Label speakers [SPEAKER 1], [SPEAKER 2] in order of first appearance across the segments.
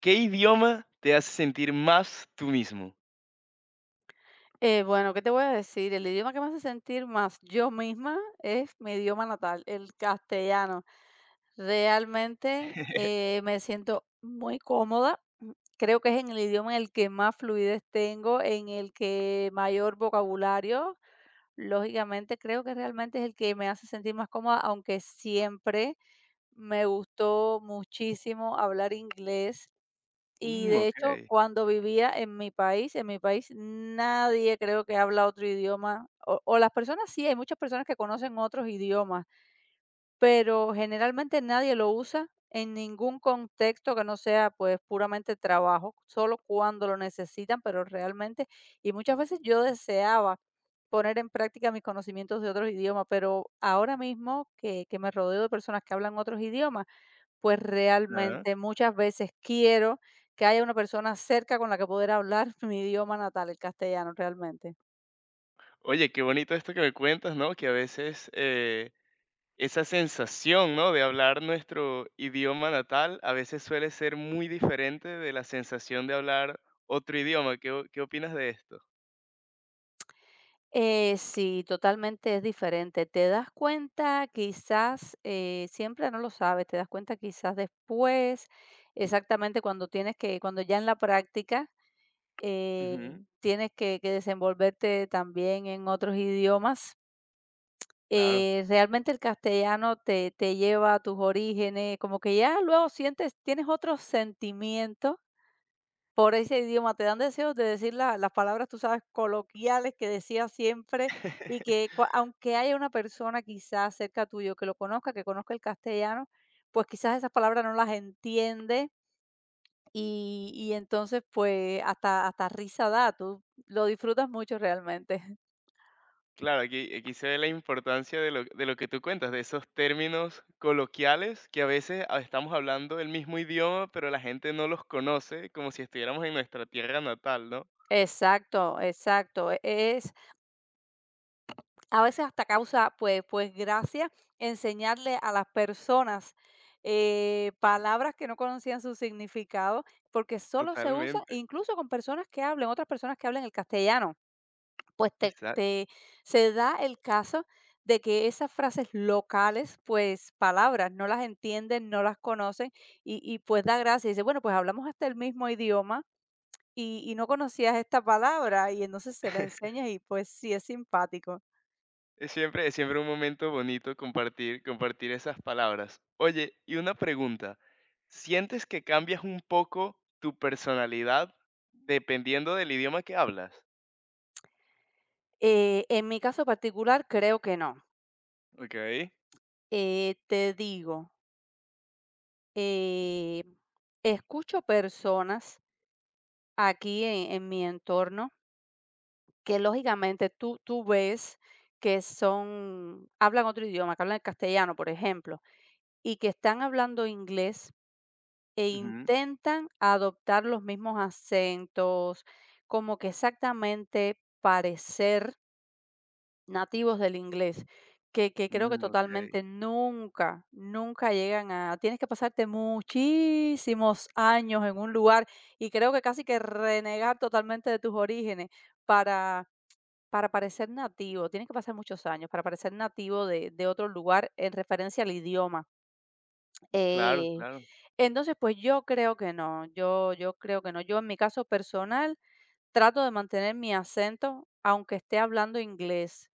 [SPEAKER 1] ¿Qué idioma te hace sentir más tú mismo?
[SPEAKER 2] Bueno, ¿qué te voy a decir? El idioma que me hace sentir más yo misma es mi idioma natal, el castellano. Realmente me siento muy cómoda. Creo que es en el idioma en el que más fluidez tengo, en el que mayor vocabulario. Lógicamente, creo que realmente es el que me hace sentir más cómoda, aunque siempre me gustó muchísimo hablar inglés. Y
[SPEAKER 1] Mm,
[SPEAKER 2] de hecho,
[SPEAKER 1] okey.
[SPEAKER 2] cuando vivía en mi país nadie creo que habla otro idioma, o las personas sí, hay muchas personas que conocen otros idiomas, pero generalmente nadie lo usa en ningún contexto que no sea pues puramente trabajo, solo cuando lo necesitan, pero realmente, y muchas veces yo deseaba poner en práctica mis conocimientos de otros idiomas, pero ahora mismo que me rodeo de personas que hablan otros idiomas, pues
[SPEAKER 1] Ajá.
[SPEAKER 2] realmente muchas veces quiero que haya una persona cerca con la que poder hablar mi idioma natal, el castellano, realmente.
[SPEAKER 1] Oye, qué bonito esto que me cuentas, ¿no? Que a veces, esa sensación, ¿no? De hablar nuestro idioma natal, a veces suele ser muy diferente de la sensación de hablar otro idioma. ¿Qué o qué opinas de esto?
[SPEAKER 2] Sí, totalmente es diferente. Te das cuenta quizás, siempre no lo sabes, te das cuenta quizás después, exactamente cuando tienes que, cuando ya en la práctica,
[SPEAKER 1] Ujú,
[SPEAKER 2] tienes que desenvolverte también en otros idiomas.
[SPEAKER 1] claro.
[SPEAKER 2] Realmente el castellano te lleva a tus orígenes, como que ya luego sientes tienes otros sentimientos por ese idioma, te dan deseos de decir la las palabras, tú sabes, coloquiales que decías siempre y que cua aunque haya una persona quizás cerca tuyo que lo conozca, que conozca el castellano, pues quizás esas palabras no las entiende y entonces, pues, hasta risa da, tú lo disfrutas mucho realmente.
[SPEAKER 1] Claro, aquí se ve la importancia de lo que tú cuentas, de esos términos coloquiales que a veces estamos hablando el mismo idioma, pero la gente no los conoce como si estuviéramos en nuestra tierra natal, ¿no?
[SPEAKER 2] Exacto, exacto. Es a veces hasta causa, pues, gracia enseñarle a las personas, palabras que no conocían su significado, porque solo se usa
[SPEAKER 1] Totalmente,
[SPEAKER 2] incluso con personas que hablen otras personas que hablen el castellano. pues te,
[SPEAKER 1] exacto.
[SPEAKER 2] te- se da el caso de que esas frases locales, pues palabras, no las entienden, no las conocen y pues da gracia. Dice, bueno, pues hablamos hasta el mismo idioma y no conocías esta palabra y entonces se la enseñas y pues sí es simpático.
[SPEAKER 1] Es siempre un momento bonito compartir, compartir esas palabras. Oye, y una pregunta, ¿sientes que cambias un poco tu personalidad dependiendo del idioma que hablas?
[SPEAKER 2] En mi caso particular, creo que no.
[SPEAKER 1] Ok.
[SPEAKER 2] Te digo, eh, escucho personas aquí en mi entorno que lógicamente tú ves que son hablan otro idioma, que hablan el castellano, por ejemplo, y que están hablando inglés e
[SPEAKER 1] Ujú.
[SPEAKER 2] intentan adoptar los mismos acentos, como que exactamente parecer nativos del inglés, que creo que
[SPEAKER 1] Mm, ok.
[SPEAKER 2] totalmente nunca, nunca llegan a tienes que pasarte muchísimos años en un lugar, y creo que casi que renegar totalmente de tus orígenes para para parecer nativo, tienen que pasar muchos años para parecer nativo de otro lugar en referencia al idioma.
[SPEAKER 1] Claro,
[SPEAKER 2] Eh,
[SPEAKER 1] claro.
[SPEAKER 2] entonces, pues, yo creo que no, yo creo que no. Yo, en mi caso personal, trato de mantener mi acento, aunque esté hablando inglés.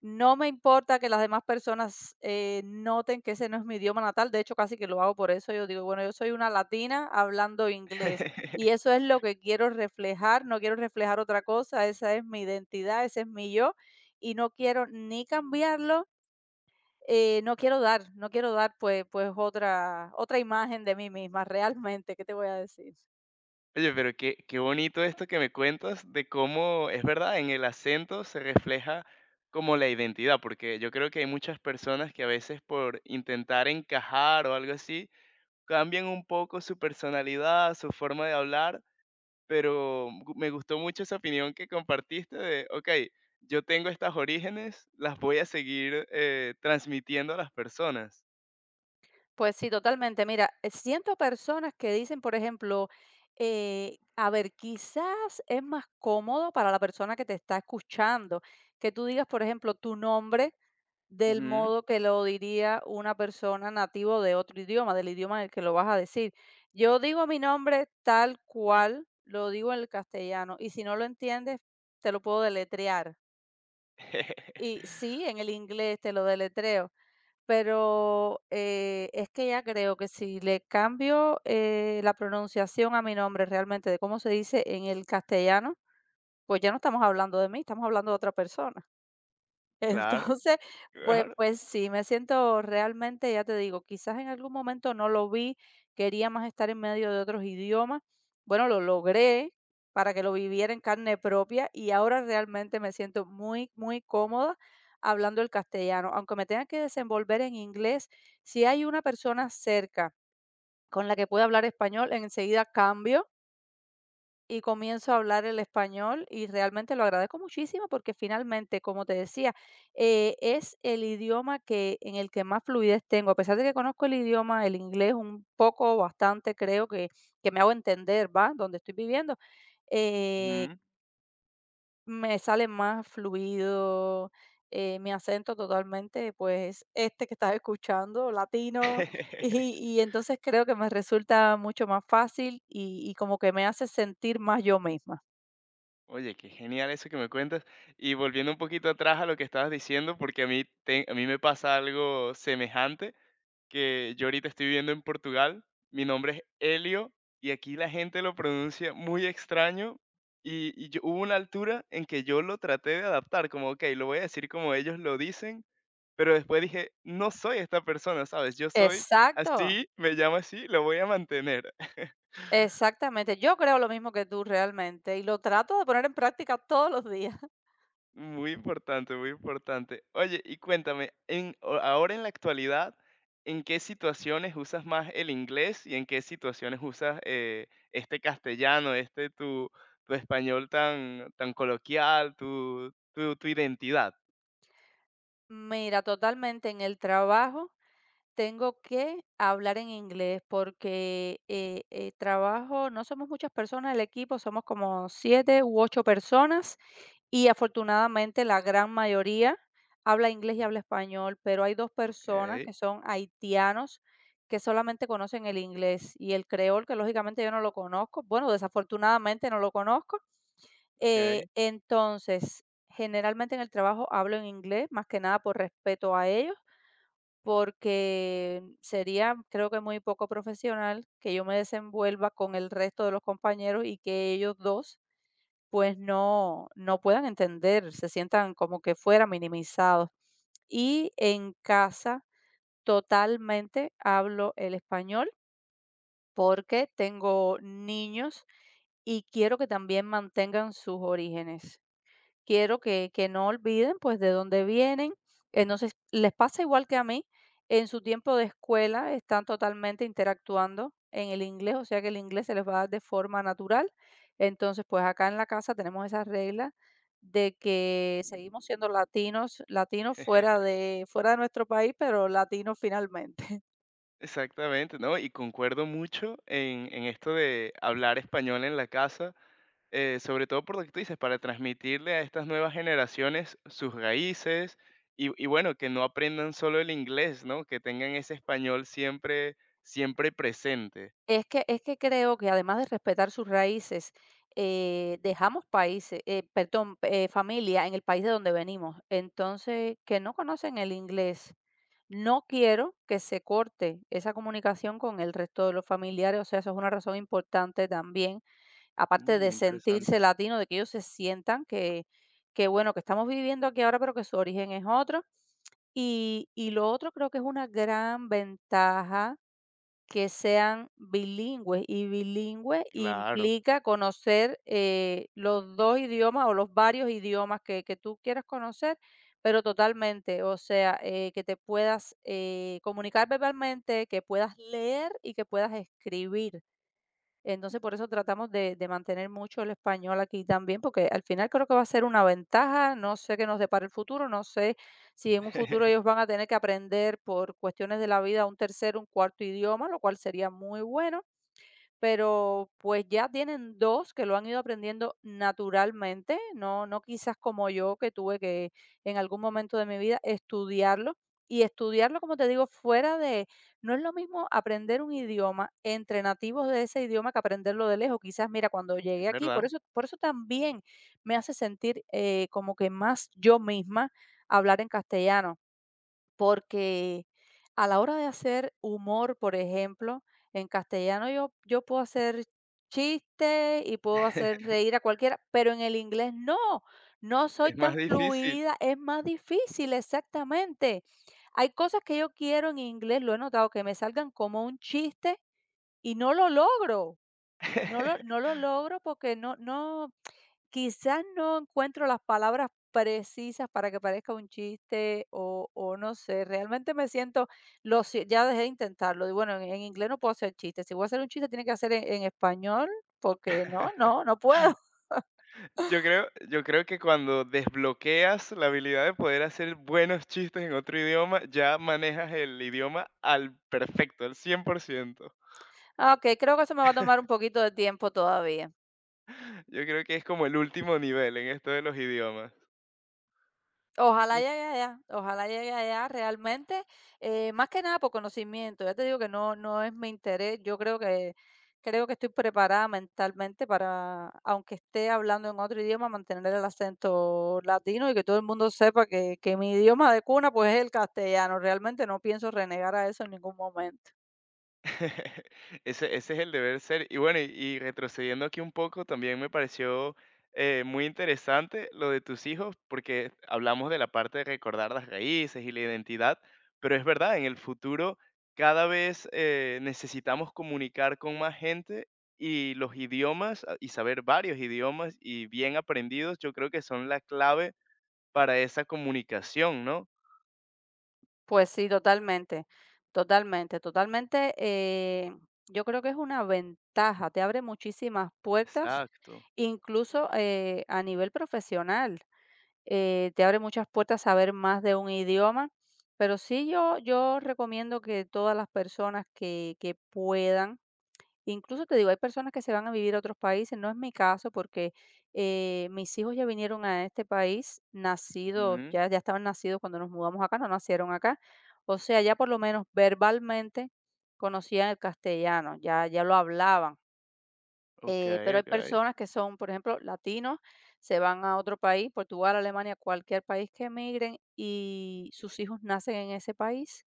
[SPEAKER 2] No me importa que las demás personas, noten que ese no es mi idioma natal. De hecho, casi que lo hago por eso, yo digo, bueno, yo soy una latina hablando inglés, y eso es lo que quiero reflejar, no quiero reflejar otra cosa, esa es mi identidad, ese es mi yo, y no quiero ni cambiarlo, no quiero dar, pues, otra imagen de mí misma, realmente, ¿qué te voy a decir?
[SPEAKER 1] Oye, pero qué bonito esto que me cuentas de cómo, es verdad, en el acento se refleja como la identidad, porque yo creo que hay muchas personas que a veces por intentar encajar o algo así, cambian un poco su personalidad, su forma de hablar, pero me gustó mucho esa opinión que compartiste de, ok, yo tengo estas orígenes, las voy a seguir transmitiendo a las personas.
[SPEAKER 2] Pues sí, totalmente. Mira, siento personas que dicen, por ejemplo, a ver, quizás es más cómodo para la persona que te está escuchando que tú digas, por ejemplo, tu nombre del
[SPEAKER 1] Ujú.
[SPEAKER 2] modo que lo diría una persona nativo de otro idioma, del idioma en el que lo vas a decir. Yo digo mi nombre tal cual lo digo en el castellano y si no lo entiendes, te lo puedo deletrear. Y sí, en el inglés te lo deletreo, pero es que ya creo que si le cambio, la pronunciación a mi nombre realmente de cómo se dice en el castellano, pues ya no estamos hablando de mí, estamos hablando de otra persona.
[SPEAKER 1] Claro,
[SPEAKER 2] Entonces, pues
[SPEAKER 1] claro.
[SPEAKER 2] pues sí, me siento realmente, ya te digo, quizás en algún momento no lo vi, quería más estar en medio de otros idiomas. Bueno, lo logré para que lo viviera en carne propia y ahora realmente me siento muy, muy cómoda hablando el castellano. Aunque me tenga que desenvolver en inglés, si hay una persona cerca con la que pueda hablar español, enseguida cambio y comienzo a hablar el español y realmente lo agradezco muchísimo porque finalmente, como te decía, es el idioma que en el que más fluidez tengo. A pesar de que conozco el idioma, el inglés un poco, bastante, creo que me hago entender, ¿va? Donde estoy viviendo, eh,
[SPEAKER 1] Ujú.
[SPEAKER 2] me sale más fluido. Mi acento totalmente, pues este que estás escuchando, latino, y, y entonces creo que me resulta mucho más fácil y como que me hace sentir más yo misma.
[SPEAKER 1] Oye, qué genial eso que me cuentas. Y volviendo un poquito atrás a lo que estabas diciendo, porque a mí me pasa algo semejante, que yo ahorita estoy viviendo en Portugal, mi nombre es Helio y aquí la gente lo pronuncia muy extraño y hubo una altura en que yo lo traté de adaptar, como, ok, lo voy a decir como ellos lo dicen, pero después dije, no soy esta persona, ¿sabes? Yo soy
[SPEAKER 2] Exacto,
[SPEAKER 1] así, me llamo así, lo voy a mantener.
[SPEAKER 2] exactamente. Yo creo lo mismo que tú realmente y lo trato de poner en práctica todos los días.
[SPEAKER 1] Muy importante, muy importante. Oye, y cuéntame, ahora en la actualidad, ¿en qué situaciones usas más el inglés y en qué situaciones usas este castellano, tu español tan coloquial, tu identidad?
[SPEAKER 2] Mira, totalmente en el trabajo tengo que hablar en inglés porque, trabajo no somos muchas personas, el equipo somos como 7 u 8 personas y afortunadamente la gran mayoría habla inglés y habla español, pero hay 2
[SPEAKER 1] Ok,
[SPEAKER 2] personas que son haitianos que solamente conocen el inglés y el creol, que lógicamente yo no lo conozco, bueno, desafortunadamente no lo conozco. Eh,
[SPEAKER 1] ok,
[SPEAKER 2] entonces, generalmente en el trabajo hablo en inglés, más que nada por respeto a ellos, porque sería, creo que muy poco profesional que yo me desenvuelva con el resto de los compañeros y que ellos dos pues no, no puedan entender, se sientan como que fuera minimizados. Y en casa totalmente hablo el español porque tengo niños y quiero que también mantengan sus orígenes, quiero que no olviden, pues, de dónde vienen. Entonces, les pasa igual que a mí, en su tiempo de escuela están totalmente interactuando en el inglés, o sea que el inglés se les va a dar de forma natural. Entonces, pues, acá en la casa tenemos esa regla de que seguimos siendo latinos, latinos fuera de nuestro país, pero latinos finalmente.
[SPEAKER 1] exactamente, ¿no? Y concuerdo mucho en esto de hablar español en la casa. Sobre todo por lo que tú dices, para transmitirle a estas nuevas generaciones sus raíces y bueno, que no aprendan solo el inglés, ¿no? Que tengan ese español siempre, siempre presente.
[SPEAKER 2] Es que creo que además de respetar sus raíces, dejamos países, perdón, familia en el país de donde venimos. Entonces, que no conocen el inglés. No quiero que se corte esa comunicación con el resto de los familiares, o sea, eso es una razón importante también, aparte
[SPEAKER 1] Mm,
[SPEAKER 2] de sentirse
[SPEAKER 1] interesante.
[SPEAKER 2] latino, de que ellos se sientan que bueno, que estamos viviendo aquí ahora, pero que su origen es otro. Y lo otro creo que es una gran ventaja que sean bilingües, y bilingüe
[SPEAKER 1] Claro,
[SPEAKER 2] implica conocer, los 2 idiomas o los varios idiomas que tú quieras conocer, pero totalmente, o sea, que te puedas, comunicar verbalmente, que puedas leer y que puedas escribir. Entonces, por eso tratamos de mantener mucho el español aquí también, porque al final creo que va a ser una ventaja. No sé qué nos depara el futuro, no sé si en un futuro ellos van a tener que aprender por cuestiones de la vida un tercer, un cuarto idioma, lo cual sería muy bueno, pero pues ya tienen dos que lo han ido aprendiendo naturalmente, no, no quizás como yo que tuve que en algún momento de mi vida estudiarlo. Y estudiarlo, como te digo, fuera de, no es lo mismo aprender un idioma entre nativos de ese idioma que aprenderlo de lejos. Quizás, mira, cuando
[SPEAKER 1] es
[SPEAKER 2] llegué aquí,
[SPEAKER 1] verdad.
[SPEAKER 2] por eso también me hace sentir como que más yo misma hablar en castellano porque a la hora de hacer humor, por ejemplo, en castellano yo puedo hacer chistes y puedo hacer reír a cualquiera, pero en el inglés no, no soy
[SPEAKER 1] Es más
[SPEAKER 2] tan
[SPEAKER 1] difícil.
[SPEAKER 2] fluida, es más difícil, exactamente. Hay cosas que yo quiero en inglés, lo he notado, que me salgan como un chiste y no lo logro, no lo no lo logro porque no no quizás no encuentro las palabras precisas para que parezca un chiste o no sé, realmente me siento lo sie ya dejé de intentarlo, digo, bueno, en inglés no puedo hacer chistes, si voy a hacer un chiste tiene que hacer en español, porque no, no, no puedo.
[SPEAKER 1] Yo creo que cuando desbloqueas la habilidad de poder hacer buenos chistes en otro idioma, ya manejas el idioma al perfecto, al 100%.
[SPEAKER 2] Ah, okey, creo que eso me va a tomar un poquito de tiempo todavía.
[SPEAKER 1] Yo creo que es como el último nivel en esto de los idiomas. Ok.
[SPEAKER 2] Ojalá llegue allá realmente, más que nada por conocimiento. Ya te digo que no, no es mi interés. Creo que estoy preparada mentalmente para, aunque esté hablando en otro idioma, mantener el acento latino y que todo el mundo sepa que mi idioma de cuna pues es el castellano. Realmente no pienso renegar a eso en ningún momento.
[SPEAKER 1] Ese es el deber ser. Y bueno, retrocediendo aquí un poco, también me pareció muy interesante lo de tus hijos, porque hablamos de la parte de recordar las raíces y la identidad, pero es verdad, en el futuro cada vez necesitamos comunicar con más gente y los idiomas y saber varios idiomas y bien aprendidos, yo creo que son la clave para esa comunicación, ¿no?
[SPEAKER 2] Pues sí, totalmente, totalmente, totalmente. Yo creo que es una ventaja, te abre muchísimas puertas.
[SPEAKER 1] Exacto.
[SPEAKER 2] Incluso, a nivel profesional, te abre muchas puertas saber más de un idioma, pero sí yo recomiendo que todas las personas que puedan, incluso te digo, hay personas que se van a vivir a otros países, no es mi caso porque, mis hijos ya vinieron a este país nacidos,
[SPEAKER 1] Ujú,
[SPEAKER 2] ya ya estaban nacidos cuando nos mudamos acá, no nacieron acá. O sea, ya por lo menos verbalmente conocían el castellano, ya ya lo hablaban. Eh,
[SPEAKER 1] okey,
[SPEAKER 2] pero hay
[SPEAKER 1] okey,
[SPEAKER 2] personas que son, por ejemplo, latinos, se van a otro país, Portugal, Alemania, cualquier país que emigren y sus hijos nacen en ese país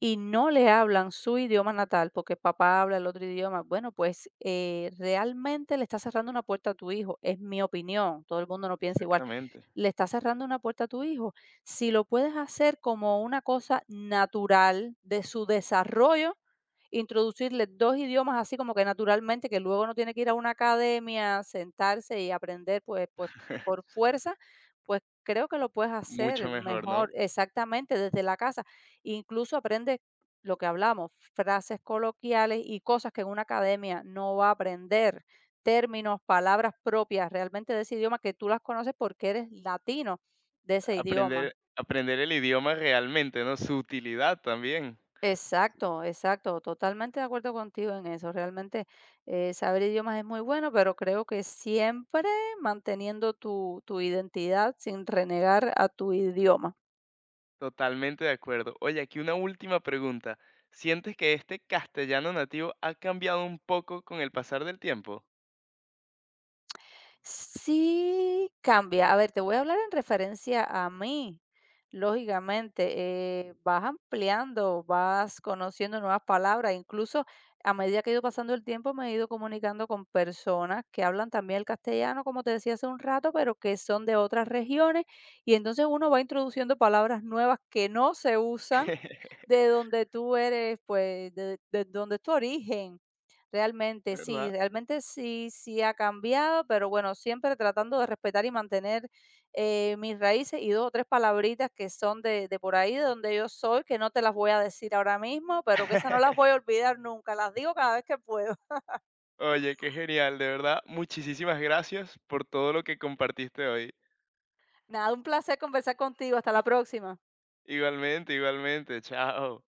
[SPEAKER 2] y no le hablan su idioma natal porque papá habla el otro idioma. Bueno, pues realmente le está cerrando una puerta a tu hijo, es mi opinión, todo el mundo no piensa igual.
[SPEAKER 1] exactamente.
[SPEAKER 2] Le está cerrando una puerta a tu hijo. Si lo puedes hacer como una cosa natural de su desarrollo, introducirle 2 idiomas así como que naturalmente, que luego no tiene que ir a una academia, sentarse y aprender, pues, por fuerza, pues creo que lo puedes
[SPEAKER 1] Mucho
[SPEAKER 2] hacer
[SPEAKER 1] mejor, ¿no?
[SPEAKER 2] mejor exactamente, desde la casa. Incluso aprende lo que hablamos, frases coloquiales y cosas que en una academia no va a aprender, términos, palabras propias realmente de ese idioma que tú las conoces porque eres latino de ese idioma.
[SPEAKER 1] Aprender el idioma realmente, ¿no? Su utilidad también.
[SPEAKER 2] Exacto, exacto, totalmente de acuerdo contigo en eso. Realmente saber idiomas es muy bueno, pero creo que siempre manteniendo tu, tu identidad sin renegar a tu idioma.
[SPEAKER 1] Totalmente de acuerdo. Oye, aquí una última pregunta. ¿Sientes que este castellano nativo ha cambiado un poco con el pasar del tiempo?
[SPEAKER 2] Sí cambia. A ver, te voy a hablar en referencia a mí. Lógicamente, vas ampliando, vas conociendo nuevas palabras. Incluso a medida que he ido pasando el tiempo, me he ido comunicando con personas que hablan también el castellano, como te decía hace un rato, pero que son de otras regiones. Y entonces uno va introduciendo palabras nuevas que no se usan de donde tú eres, pues, de donde es tu origen.
[SPEAKER 1] ¿Verdad?
[SPEAKER 2] Realmente sí, sí ha cambiado, pero bueno, siempre tratando de respetar y mantener mis raíces y dos o tres palabritas que son de por ahí, de donde yo soy, que no te las voy a decir ahora mismo, pero que esas no las voy a olvidar nunca, las digo cada vez que puedo.
[SPEAKER 1] Oye, qué genial, de verdad, muchísimas gracias por todo lo que compartiste hoy.
[SPEAKER 2] Nada, un placer conversar contigo, hasta la próxima.
[SPEAKER 1] Igualmente, igualmente, chao.